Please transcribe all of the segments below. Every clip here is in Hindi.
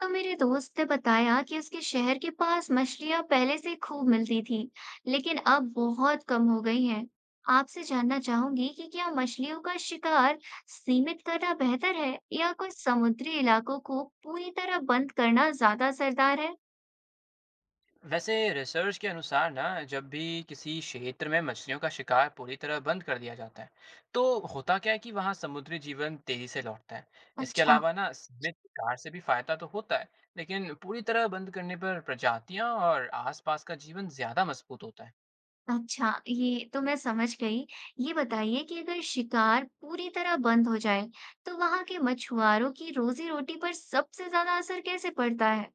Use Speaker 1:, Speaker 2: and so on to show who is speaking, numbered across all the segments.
Speaker 1: तो मेरे दोस्त ने बताया कि उसके शहर के पास मछलियां पहले से खूब मिलती थी, लेकिन अब बहुत कम हो गई हैं। आपसे जानना चाहूंगी कि क्या मछलियों का शिकार सीमित करना बेहतर है या कुछ समुद्री इलाकों को पूरी तरह बंद करना ज्यादा असरदार है?
Speaker 2: वैसे रिसर्च के अनुसार ना जब भी किसी क्षेत्र में मछलियों का शिकार पूरी तरह बंद कर दिया जाता है तो होता क्या है कि वहाँ समुद्री जीवन तेजी से लौटता है। इसके
Speaker 1: अच्छा,
Speaker 2: अलावा ना सीमित शिकार से भी फायदा तो होता है, लेकिन पूरी तरह बंद करने पर प्रजातियां और आसपास का जीवन ज्यादा मजबूत होता है।
Speaker 1: अच्छा, ये तो मैं समझ गई। ये बताइए कि अगर शिकार पूरी तरह बंद हो जाए, तो वहां के मछुआरों की रोजी रोटी पर सबसे ज्यादा असर कैसे पड़ता है?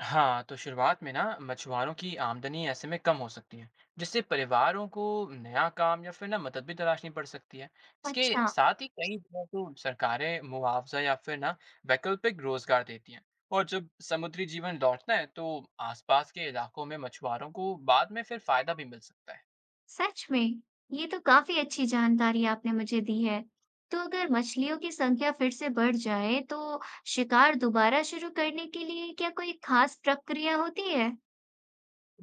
Speaker 2: हाँ, तो शुरुआत में ना मछुआरों की आमदनी ऐसे में कम हो सकती है, जिससे परिवारों को नया काम या फिर ना मदद भी तलाशनी पड़ सकती है। इसके
Speaker 1: अच्छा।
Speaker 2: साथ ही कई जगह तो सरकारें मुआवजा या फिर ना वैकल्पिक रोजगार देती हैं। और जब समुद्री जीवन लौटता है, तो आसपास के इलाकों में मछुआरों को बाद में फिर फायदा भी मिल सकता है।
Speaker 1: सच में, ये तो काफी अच्छी जानकारी आपने मुझे दी है। तो अगर मछलियों की संख्या फिर से बढ़ जाए तो शिकार दोबारा शुरू करने के लिए क्या कोई खास प्रक्रिया होती है?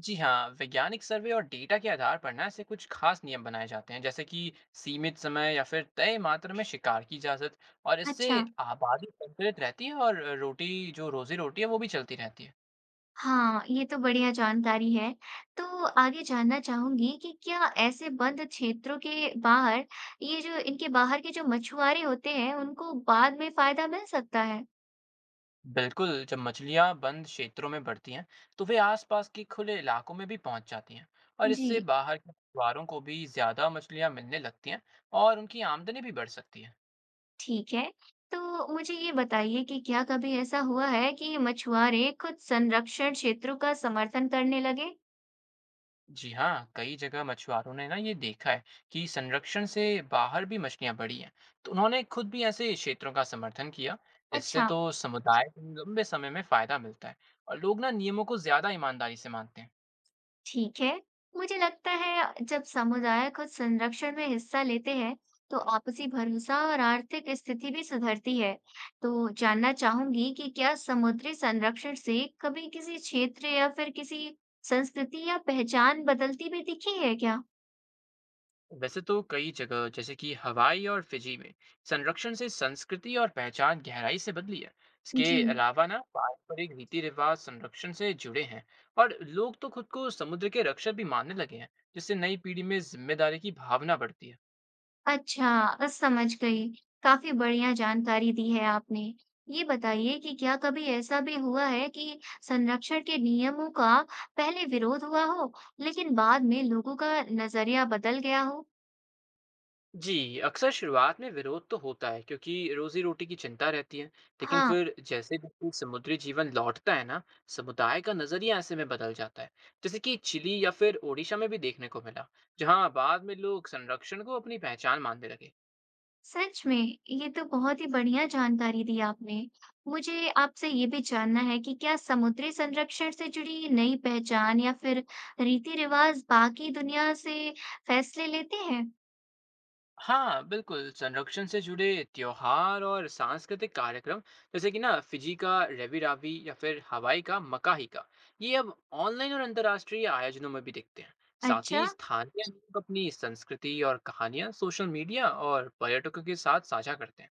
Speaker 2: जी हाँ, वैज्ञानिक सर्वे और डेटा के आधार पर ना ऐसे कुछ खास नियम बनाए जाते हैं, जैसे कि सीमित समय या फिर तय मात्रा में शिकार की इजाजत। और इससे
Speaker 1: अच्छा।
Speaker 2: आबादी संतुलित रहती है और रोटी जो रोजी रोटी है वो भी चलती रहती है।
Speaker 1: हाँ ये तो बढ़िया जानकारी है। तो आगे जानना चाहूंगी कि क्या ऐसे बंद क्षेत्रों के बाहर ये जो इनके बाहर के जो मछुआरे होते हैं उनको बाद में फायदा मिल सकता है।
Speaker 2: बिल्कुल, जब मछलियाँ बंद क्षेत्रों में बढ़ती हैं तो वे आसपास के खुले इलाकों में भी पहुंच जाती हैं, और
Speaker 1: जी।
Speaker 2: इससे बाहर के परिवारों को भी ज्यादा मछलियाँ मिलने लगती हैं। और उनकी आमदनी भी बढ़ सकती है।
Speaker 1: ठीक है। तो मुझे ये बताइए कि क्या कभी ऐसा हुआ है कि मछुआरे खुद संरक्षण क्षेत्रों का समर्थन करने लगे?
Speaker 2: जी हाँ, कई जगह मछुआरों ने ना ये देखा है कि संरक्षण से बाहर भी मछलियां बढ़ी हैं, तो उन्होंने खुद भी ऐसे क्षेत्रों का समर्थन किया। इससे
Speaker 1: अच्छा,
Speaker 2: तो समुदाय को लंबे समय में फायदा मिलता है, और लोग ना नियमों को ज्यादा ईमानदारी से मानते हैं।
Speaker 1: ठीक है। मुझे लगता है जब समुदाय खुद संरक्षण में हिस्सा लेते हैं, तो आपसी भरोसा और आर्थिक स्थिति भी सुधरती है। तो जानना चाहूंगी कि क्या समुद्री संरक्षण से कभी किसी क्षेत्र या फिर किसी संस्कृति या पहचान बदलती भी दिखी है क्या?
Speaker 2: वैसे तो कई जगह, जैसे कि हवाई और फिजी में, संरक्षण से संस्कृति और पहचान गहराई से बदली है। इसके
Speaker 1: जी।
Speaker 2: अलावा ना पारंपरिक रीति रिवाज संरक्षण से जुड़े हैं, और लोग तो खुद को समुद्र के रक्षक भी मानने लगे हैं, जिससे नई पीढ़ी में जिम्मेदारी की भावना बढ़ती है।
Speaker 1: अच्छा, समझ गई। काफ़ी बढ़िया जानकारी दी है आपने। ये बताइए कि क्या कभी ऐसा भी हुआ है कि संरक्षण के नियमों का पहले विरोध हुआ हो, लेकिन बाद में लोगों का नज़रिया बदल गया हो?
Speaker 2: जी, अक्सर शुरुआत में विरोध तो होता है क्योंकि रोज़ी-रोटी की चिंता रहती है। लेकिन
Speaker 1: हाँ,
Speaker 2: फिर जैसे बिल्कुल समुद्री जीवन लौटता है ना, समुदाय का नज़रिया ऐसे में बदल जाता है। जैसे कि चिली या फिर ओडिशा में भी देखने को मिला, जहाँ बाद में लोग संरक्षण को अपनी पहचान मानने लगे।
Speaker 1: सच में ये तो बहुत ही बढ़िया जानकारी दी आपने। मुझे आपसे ये भी जानना है कि क्या समुद्री संरक्षण से जुड़ी नई पहचान या फिर रीति-रिवाज बाकी दुनिया से फैसले लेते हैं?
Speaker 2: हाँ बिल्कुल, संरक्षण से जुड़े त्योहार और सांस्कृतिक कार्यक्रम, जैसे कि ना फिजी का रवि रावी या फिर हवाई का मकाही का, ये अब ऑनलाइन और अंतर्राष्ट्रीय आयोजनों में भी दिखते हैं। साथ
Speaker 1: अच्छा।
Speaker 2: ही स्थानीय लोग अपनी संस्कृति और कहानियां सोशल मीडिया और पर्यटकों के साथ साझा करते हैं।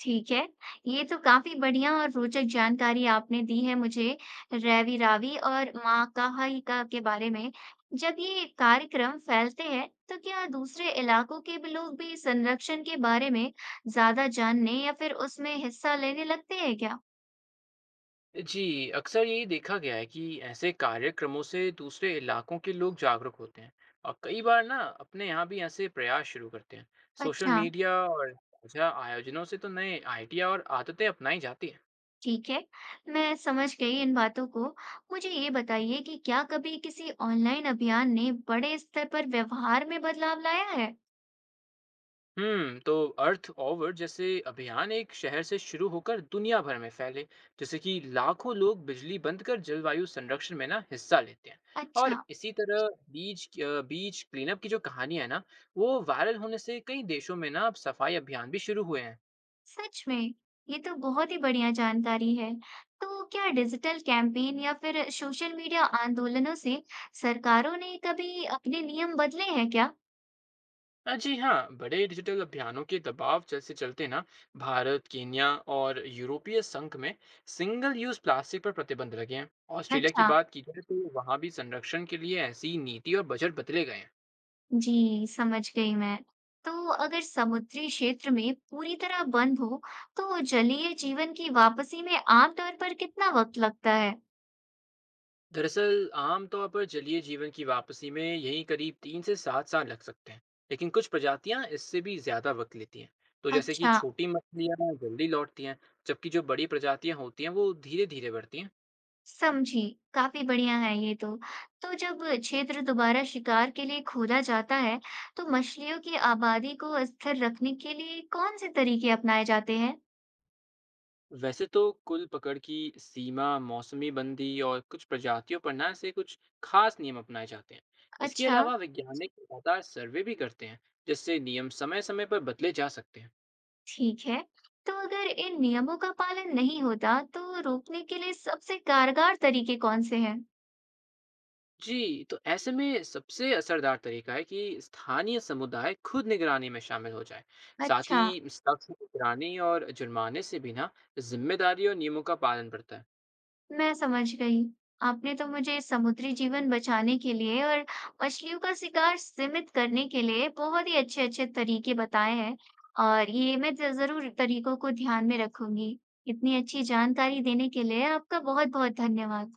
Speaker 1: ठीक है, ये तो काफ़ी बढ़िया और रोचक जानकारी आपने दी है मुझे रवि रावी और माकाहाइका के बारे में। जब ये कार्यक्रम फैलते हैं, तो क्या दूसरे इलाकों के भी लोग भी संरक्षण के बारे में ज़्यादा जानने या फिर उसमें हिस्सा लेने लगते हैं क्या?
Speaker 2: जी, अक्सर यही देखा गया है कि ऐसे कार्यक्रमों से दूसरे इलाकों के लोग जागरूक होते हैं, और कई बार ना अपने यहाँ भी ऐसे प्रयास शुरू करते हैं। सोशल
Speaker 1: अच्छा,
Speaker 2: मीडिया और साझा आयोजनों से तो नए आइडिया और आदतें अपनाई जाती हैं।
Speaker 1: ठीक है, मैं समझ गई इन बातों को। मुझे ये बताइए कि क्या कभी किसी ऑनलाइन अभियान ने बड़े स्तर पर व्यवहार में बदलाव लाया है?
Speaker 2: तो अर्थ ओवर जैसे अभियान एक शहर से शुरू होकर दुनिया भर में फैले, जैसे कि लाखों लोग बिजली बंद कर जलवायु संरक्षण में ना हिस्सा लेते हैं। और
Speaker 1: अच्छा।
Speaker 2: इसी तरह बीज क्लीनअप की जो कहानी है ना, वो वायरल होने से कई देशों में ना अब सफाई अभियान भी शुरू हुए हैं।
Speaker 1: सच में ये तो बहुत ही बढ़िया जानकारी है। तो क्या डिजिटल कैंपेन या फिर सोशल मीडिया आंदोलनों से सरकारों ने कभी अपने नियम बदले हैं क्या?
Speaker 2: हाँ जी हाँ, बड़े डिजिटल अभियानों के दबाव जैसे चलते ना भारत, केन्या और यूरोपीय संघ में सिंगल यूज प्लास्टिक पर प्रतिबंध लगे हैं। ऑस्ट्रेलिया की
Speaker 1: अच्छा,
Speaker 2: बात की जाए तो वहाँ भी संरक्षण के लिए ऐसी नीति और बजट बदले गए हैं।
Speaker 1: जी समझ गई मैं। तो अगर समुद्री क्षेत्र में पूरी तरह बंद हो, तो जलीय जीवन की वापसी में आमतौर पर कितना वक्त लगता है?
Speaker 2: दरअसल आमतौर पर जलीय जीवन की वापसी में यही करीब 3 से 7 साल लग सकते हैं, लेकिन कुछ प्रजातियां इससे भी ज्यादा वक्त लेती हैं। तो जैसे कि
Speaker 1: अच्छा।
Speaker 2: छोटी मछलियां जल्दी लौटती हैं, जबकि जो बड़ी प्रजातियां होती हैं वो धीरे धीरे बढ़ती हैं।
Speaker 1: समझी। काफ़ी बढ़िया है ये तो। तो जब क्षेत्र दोबारा शिकार के लिए खोदा जाता है, तो मछलियों की आबादी को स्थिर रखने के लिए कौन-से तरीके अपनाए जाते हैं?
Speaker 2: वैसे तो कुल पकड़ की सीमा, मौसमी बंदी और कुछ प्रजातियों पर ना ऐसे कुछ खास नियम अपनाए जाते हैं। इसके
Speaker 1: अच्छा,
Speaker 2: अलावा वैज्ञानिक लगातार सर्वे भी करते हैं, जिससे नियम समय-समय पर बदले जा सकते हैं।
Speaker 1: ठीक है। तो अगर इन नियमों का पालन नहीं होता, तो रोकने के लिए सबसे कारगर तरीके कौन-से हैं?
Speaker 2: जी, तो ऐसे में सबसे असरदार तरीका है कि स्थानीय समुदाय खुद निगरानी में शामिल हो जाए। साथ
Speaker 1: अच्छा।
Speaker 2: ही सख्त निगरानी और जुर्माने से भी ना जिम्मेदारी और नियमों का पालन बढ़ता है।
Speaker 1: मैं समझ गई। आपने तो मुझे समुद्री जीवन बचाने के लिए और मछलियों का शिकार सीमित करने के लिए बहुत ही अच्छे-अच्छे तरीके बताए हैं और ये मैं ज ज़रूर तरीकों को ध्यान में रखूँगी। इतनी अच्छी जानकारी देने के लिए आपका बहुत-बहुत धन्यवाद।